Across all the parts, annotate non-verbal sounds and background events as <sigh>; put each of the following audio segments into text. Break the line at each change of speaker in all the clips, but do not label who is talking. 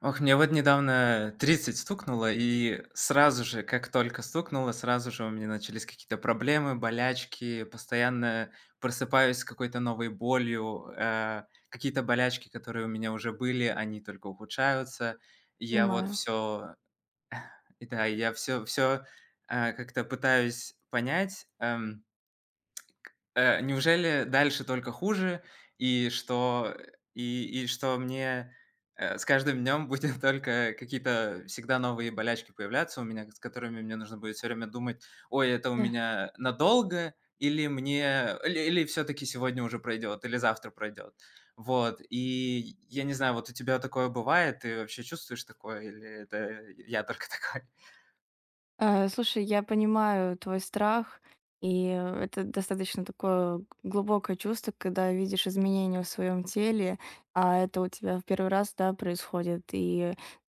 Ох, мне вот недавно 30 стукнуло, и сразу же, как только стукнуло, сразу же у меня начались какие-то проблемы, болячки, постоянно просыпаюсь с какой-то новой болью, какие-то болячки, которые у меня уже были, они только ухудшаются. И я вот
Понимаю.
все, да, я все как-то пытаюсь понять. Неужели дальше только хуже, и что и что мне, с каждым днем будет <laughs> только какие-то всегда новые болячки появляться у меня, с которыми мне нужно будет все время думать: «Ой, это у
Да.
меня надолго или мне или всё-таки сегодня уже пройдет, или завтра пройдет?» Вот, и я не знаю, вот у тебя такое бывает? Ты вообще чувствуешь такое или это я только <laughs> такой?
Слушай, я понимаю твой страх, и это достаточно такое глубокое чувство, когда видишь изменения в своем теле, а это у тебя в первый раз, да, происходит. И,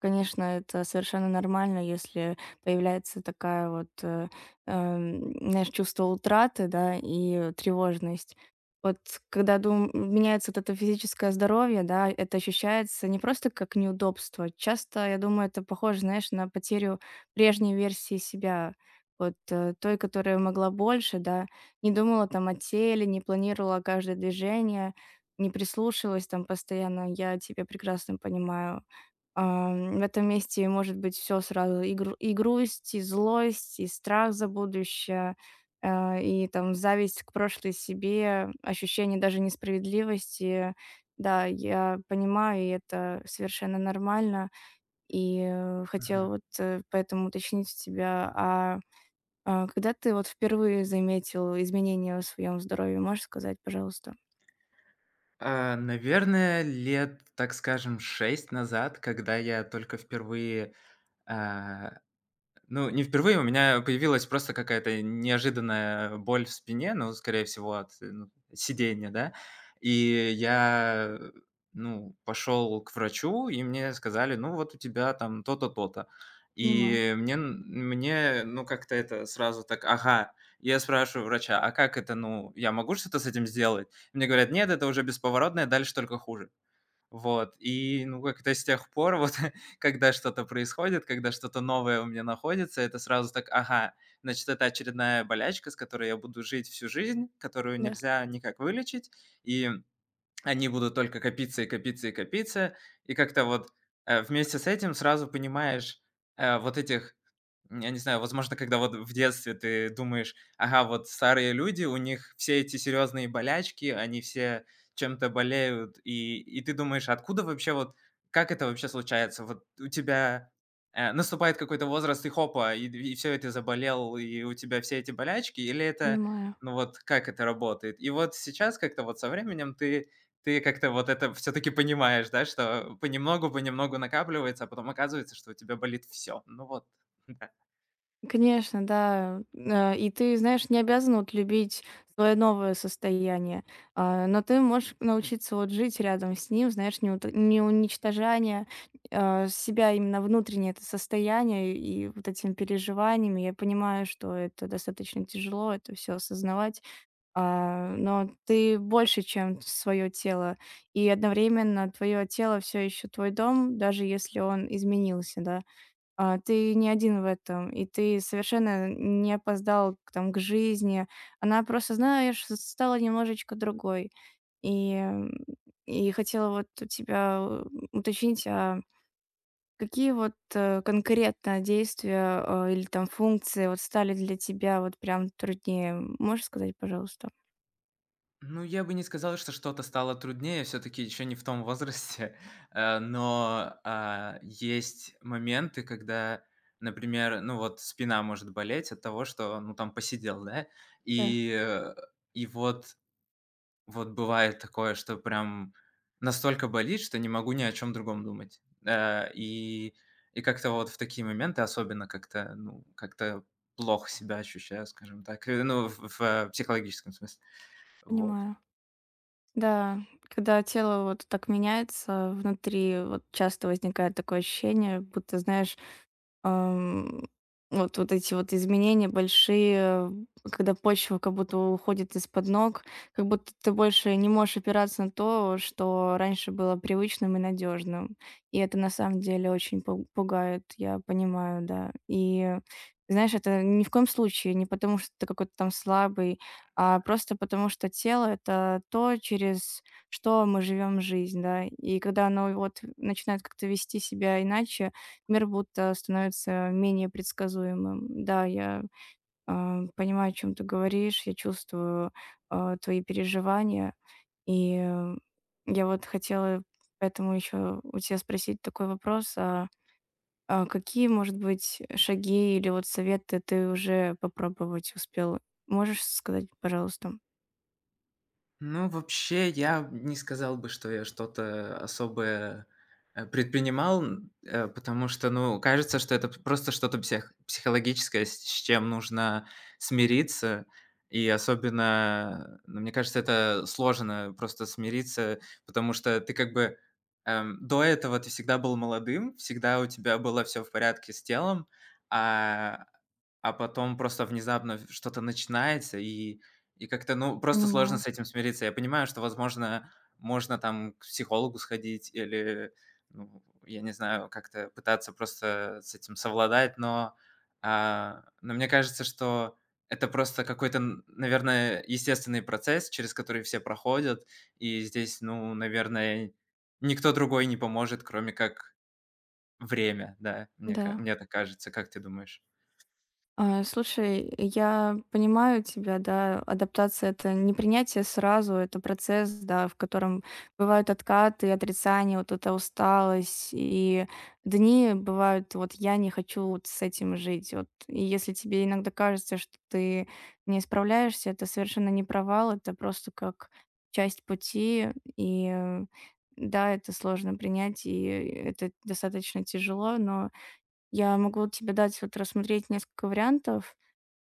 конечно, это совершенно нормально, если появляется такая вот, знаешь, чувство утраты, да, и тревожность. Вот когда дум меняется вот это физическое здоровье, да, это ощущается не просто как неудобство. Часто, я думаю, это похоже, знаешь, на потерю прежней версии себя, вот, той, которая могла больше, да. Не думала там о теле, не планировала каждое движение, не прислушивалась там постоянно. Я тебя прекрасно понимаю. В этом месте может быть все сразу: и грусть, и злость, и страх за будущее, и там зависть к прошлой себе, ощущение даже несправедливости. Да, я понимаю, и это совершенно нормально. И, хотела вот, поэтому уточнить у тебя, когда ты вот впервые заметил изменения в своем здоровье, можешь сказать, пожалуйста?
А, наверное, лет, так скажем, 6 назад, когда я только впервые, а ну, не впервые у меня появилась просто какая-то неожиданная боль в спине, ну, скорее всего, от, ну, сидения, да. И я, э, ну, пошел к врачу, и мне сказали: «Ну, вот у тебя там то-то, то-то».
Понимаю,
И мне, ну, как-то это сразу так: «Ага». Я спрашиваю врача: «А как это, ну, я могу что-то с этим сделать?» Мне говорят: «Нет, это уже бесповоротное, дальше только хуже». Вот, и, ну, как-то с тех пор вот, <laughs> когда что-то происходит, когда что-то новое у меня находится, это сразу так: «Ага, значит, это очередная болячка, с которой я буду жить всю жизнь, которую
да,
нельзя никак вылечить». И они будут только копиться и копиться и копиться. И как-то вот, вместе с этим сразу понимаешь, э, вот этих, я не знаю, возможно, когда вот в детстве ты думаешь: «Ага, вот старые люди, у них все эти серьезные болячки, они все чем-то болеют». И ты думаешь: «Откуда вообще вот, как это вообще случается?» Вот у тебя, наступает какой-то возраст и хопа, и всё, и заболел, и у тебя все эти болячки, или это,
понимаю.
ну вот как это работает? И вот сейчас как-то вот со временем ты как-то вот это все таки понимаешь, да, что понемногу-понемногу накапливается, а потом оказывается, что у тебя болит все. Ну вот, <laughs> да.
Конечно, да. И ты, знаешь, не обязан вот любить свое новое состояние, но ты можешь научиться вот жить рядом с ним, знаешь, не уничтожая, себя именно внутреннее это состояние и вот этими переживаниями. Я понимаю, что это достаточно тяжело, это все осознавать. Но ты больше, чем свое тело. И одновременно твое тело все еще твой дом, даже если он изменился, да. Ты не один в этом, и ты совершенно не опоздал к жизни. Она просто, знаешь, стала немножечко другой. И, м, и хотела вот у тебя уточнить, а какие вот конкретно действия или там функции вот стали для тебя вот прям труднее? Можешь сказать, пожалуйста?
Ну, я бы не сказал, что что-то стало труднее, все таки еще не в том возрасте, <laughs> но, есть моменты, когда, например, ну вот спина может болеть от того, что, ну, там посидел, да,
Да,
и, и вот Вот бывает такое, что прям настолько болит, что не могу ни о чем другом думать. И как-то вот в такие моменты особенно как-то, ну, как-то плохо себя ощущаю, скажем так, ну, в психологическом смысле. Вот.
понимаю. Да, когда тело вот так меняется, внутри вот часто возникает такое ощущение, будто, знаешь, Ам, вот эти вот изменения большие, когда почва как будто уходит из-под ног, как будто ты больше не можешь опираться на то, что раньше было привычным и надежным. И это на самом деле очень пугает, я понимаю, да. И знаешь, это ни в коем случае не потому, что ты какой-то там слабый, а просто потому, что тело— это то, через что мы живем жизнь, да. И когда оно вот начинает как-то вести себя иначе, мир будто становится менее предсказуемым. Да, понимаю, о чем ты говоришь, я чувствую, твои переживания. И, я вот хотела поэтому еще у тебя спросить такой вопрос: какие, может быть, шаги или вот советы ты уже попробовать успел? Можешь сказать, пожалуйста?
Ну, вообще, я не сказал бы, что я что-то особое, предпринимал, потому что, ну, кажется, что это п просто что-то психологическое, с чем нужно смириться. И особенно, ну, мне кажется, это сложно просто смириться, потому что ты как бы, до этого ты всегда был молодым, всегда у тебя было все в порядке с телом, а, а потом просто внезапно что-то начинается, и как-то, ну, просто сложно
Понимаю,
с этим смириться. Я понимаю, что, возможно, можно там к психологу сходить или, ну, я не знаю, как-то пытаться просто с этим совладать, но, но мне кажется, что это просто какой-то, наверное, естественный процесс, через который все проходят, и здесь, ну, наверное, никто другой не поможет, кроме как время, да, мне,
да.
мне так кажется. Как ты думаешь?
Слушай, я понимаю тебя, да, адаптация- это не принятие сразу, это процесс, да, в котором бывают откаты, отрицания, вот эта усталость, и дни бывают, вот я не хочу вот с этим жить. Вот, и если тебе иногда кажется, что ты не справляешься, это совершенно не провал, это просто как часть пути, и да, это сложно принять, и это достаточно тяжело, но я могу вот тебе дать вот рассмотреть несколько вариантов,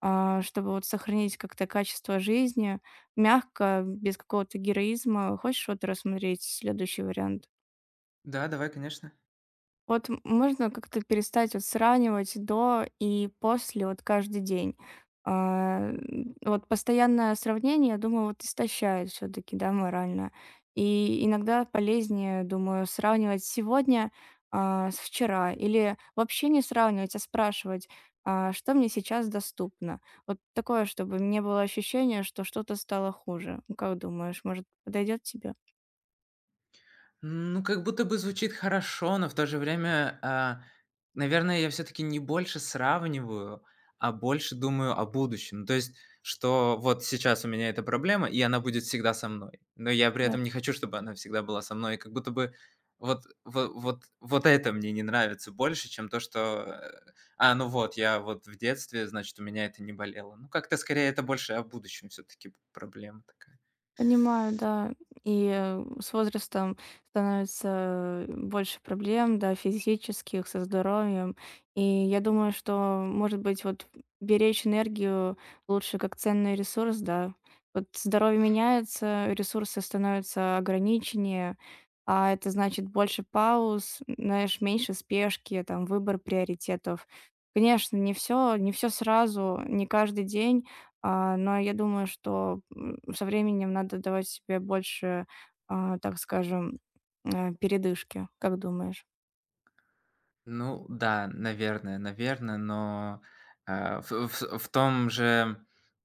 чтобы вот сохранить как-то качество жизни мягко, без какого-то героизма. Хочешь вот рассмотреть следующий вариант?
Да, давай, конечно.
Вот можно как-то перестать вот сравнивать до и после вот каждый день. Вот постоянное сравнение, я думаю, вот истощает все таки да, морально. И иногда полезнее, думаю, сравнивать сегодня, с вчера или вообще не сравнивать, а спрашивать, что мне сейчас доступно. Вот такое, чтобы не было ощущения, что что-то стало хуже. Ну, как думаешь, может, подойдет тебе?
Ну, как будто бы звучит хорошо, но в то же время, наверное, я все-таки не больше сравниваю, а больше думаю о будущем. То есть, что вот сейчас у меня эта проблема, и она будет всегда со мной. Но я при
Да.
этом не хочу, чтобы она всегда была со мной. Как будто бы вот, это мне не нравится больше, чем то, что. А, ну вот, я вот в детстве, значит, у меня это не болело. Ну, как-то скорее это больше о будущем все-таки проблема такая.
Понимаю, да. И с возрастом становится больше проблем, да, физических, со здоровьем. И я думаю, что, может быть, вот беречь энергию лучше как ценный ресурс, да. Вот здоровье меняется, ресурсы становятся ограниченнее, а это значит больше пауз, знаешь, меньше спешки, там, выбор приоритетов. Конечно, не все, не все сразу, не каждый день, но я думаю, что, со временем надо давать себе больше, так скажем, передышки. Как думаешь?
Ну да, наверное, наверное, но, в том же,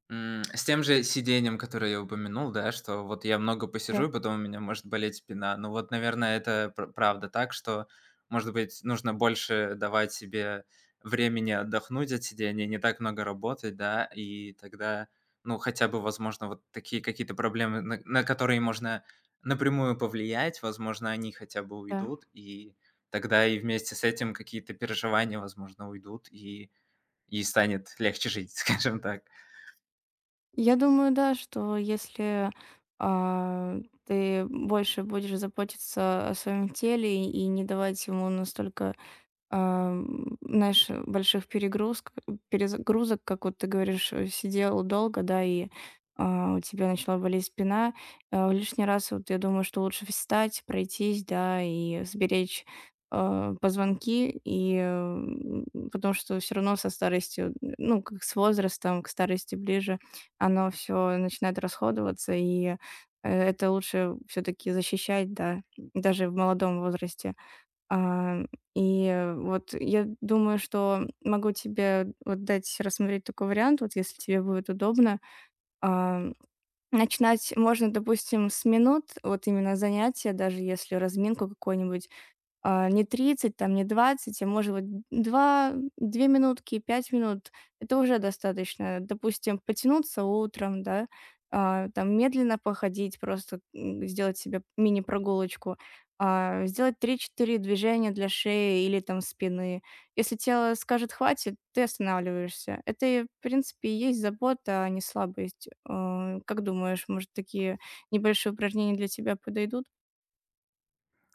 с тем же сидением, которое я упомянул, да, что вот я много
Да.
посижу, и потом у меня может болеть спина. Ну вот, наверное, это пр правда так, что, может быть, нужно больше давать себе времени отдохнуть от сидения, не так много работать, да, и тогда, ну, хотя бы, возможно, вот такие какие-то проблемы, на которые можно напрямую повлиять, возможно, они хотя бы
Да.
уйдут, и тогда и вместе с этим какие-то переживания, возможно, уйдут, и станет легче жить, <laughs> скажем так.
Я думаю, да, что если, а, ты больше будешь заботиться о своем теле и не давать ему настолько, знаешь, больших перегрузок, перезагрузок, как вот ты говоришь, сидел долго, да, и, у тебя начала болеть спина. Лишний раз, вот я думаю, что лучше встать, пройтись, да, и сберечь, позвонки, и, потому что все равно со старостью, ну, как с возрастом, к старости ближе оно все начинает расходоваться, и, это лучше все таки защищать, да, даже в молодом возрасте. А, и вот я думаю, что могу тебе вот дать рассмотреть такой вариант, вот если тебе будет удобно. А, начинать можно, допустим, с минут, вот именно занятия, даже если разминку какую-нибудь не 30 там, не 20, а может быть 2 2 минутки, 5 минут. Это уже достаточно. Допустим, потянуться утром, да, там медленно походить, просто, сделать себе мини-прогулочку, сделать три-четыре движения для шеи или там спины. Если тело скажет "хватит", ты останавливаешься. Это, и в принципе, и есть забота, а не слабость. Как думаешь, может, такие небольшие упражнения для тебя подойдут?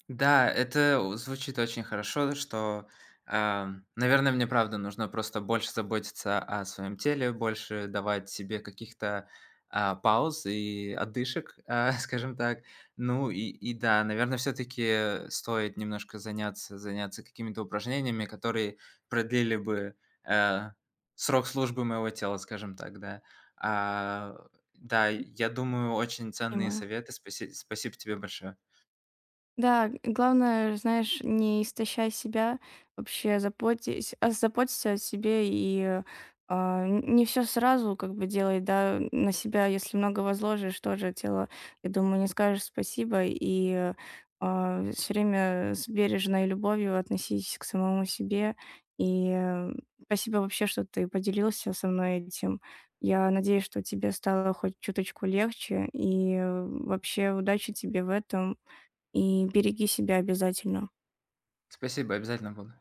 Да, это у звучит очень хорошо, что, наверное, мне правда нужно просто больше заботиться о своем теле, больше давать себе каких-то, пауз и отдышек, <laughs> скажем так. Ну и да, наверное, все таки стоит немножко заняться какими-то упражнениями, которые продлили бы, э, срок службы моего тела, скажем так, да. А, да, я думаю, очень ценные
Понимаю.
советы. Спасибо тебе большое.
Да, г главное, знаешь, не истощай себя, вообще заботься о себе и, а, н не все сразу как бы делай, да, на себя. Если много возложишь, тоже тело, я думаю, не скажешь спасибо. И, все время с бережной любовью относись к самому себе. И, спасибо вообще, что ты поделился со мной этим. Я надеюсь, что тебе стало хоть чуточку легче. И вообще удачи тебе в этом. И береги себя обязательно.
Спасибо, обязательно буду.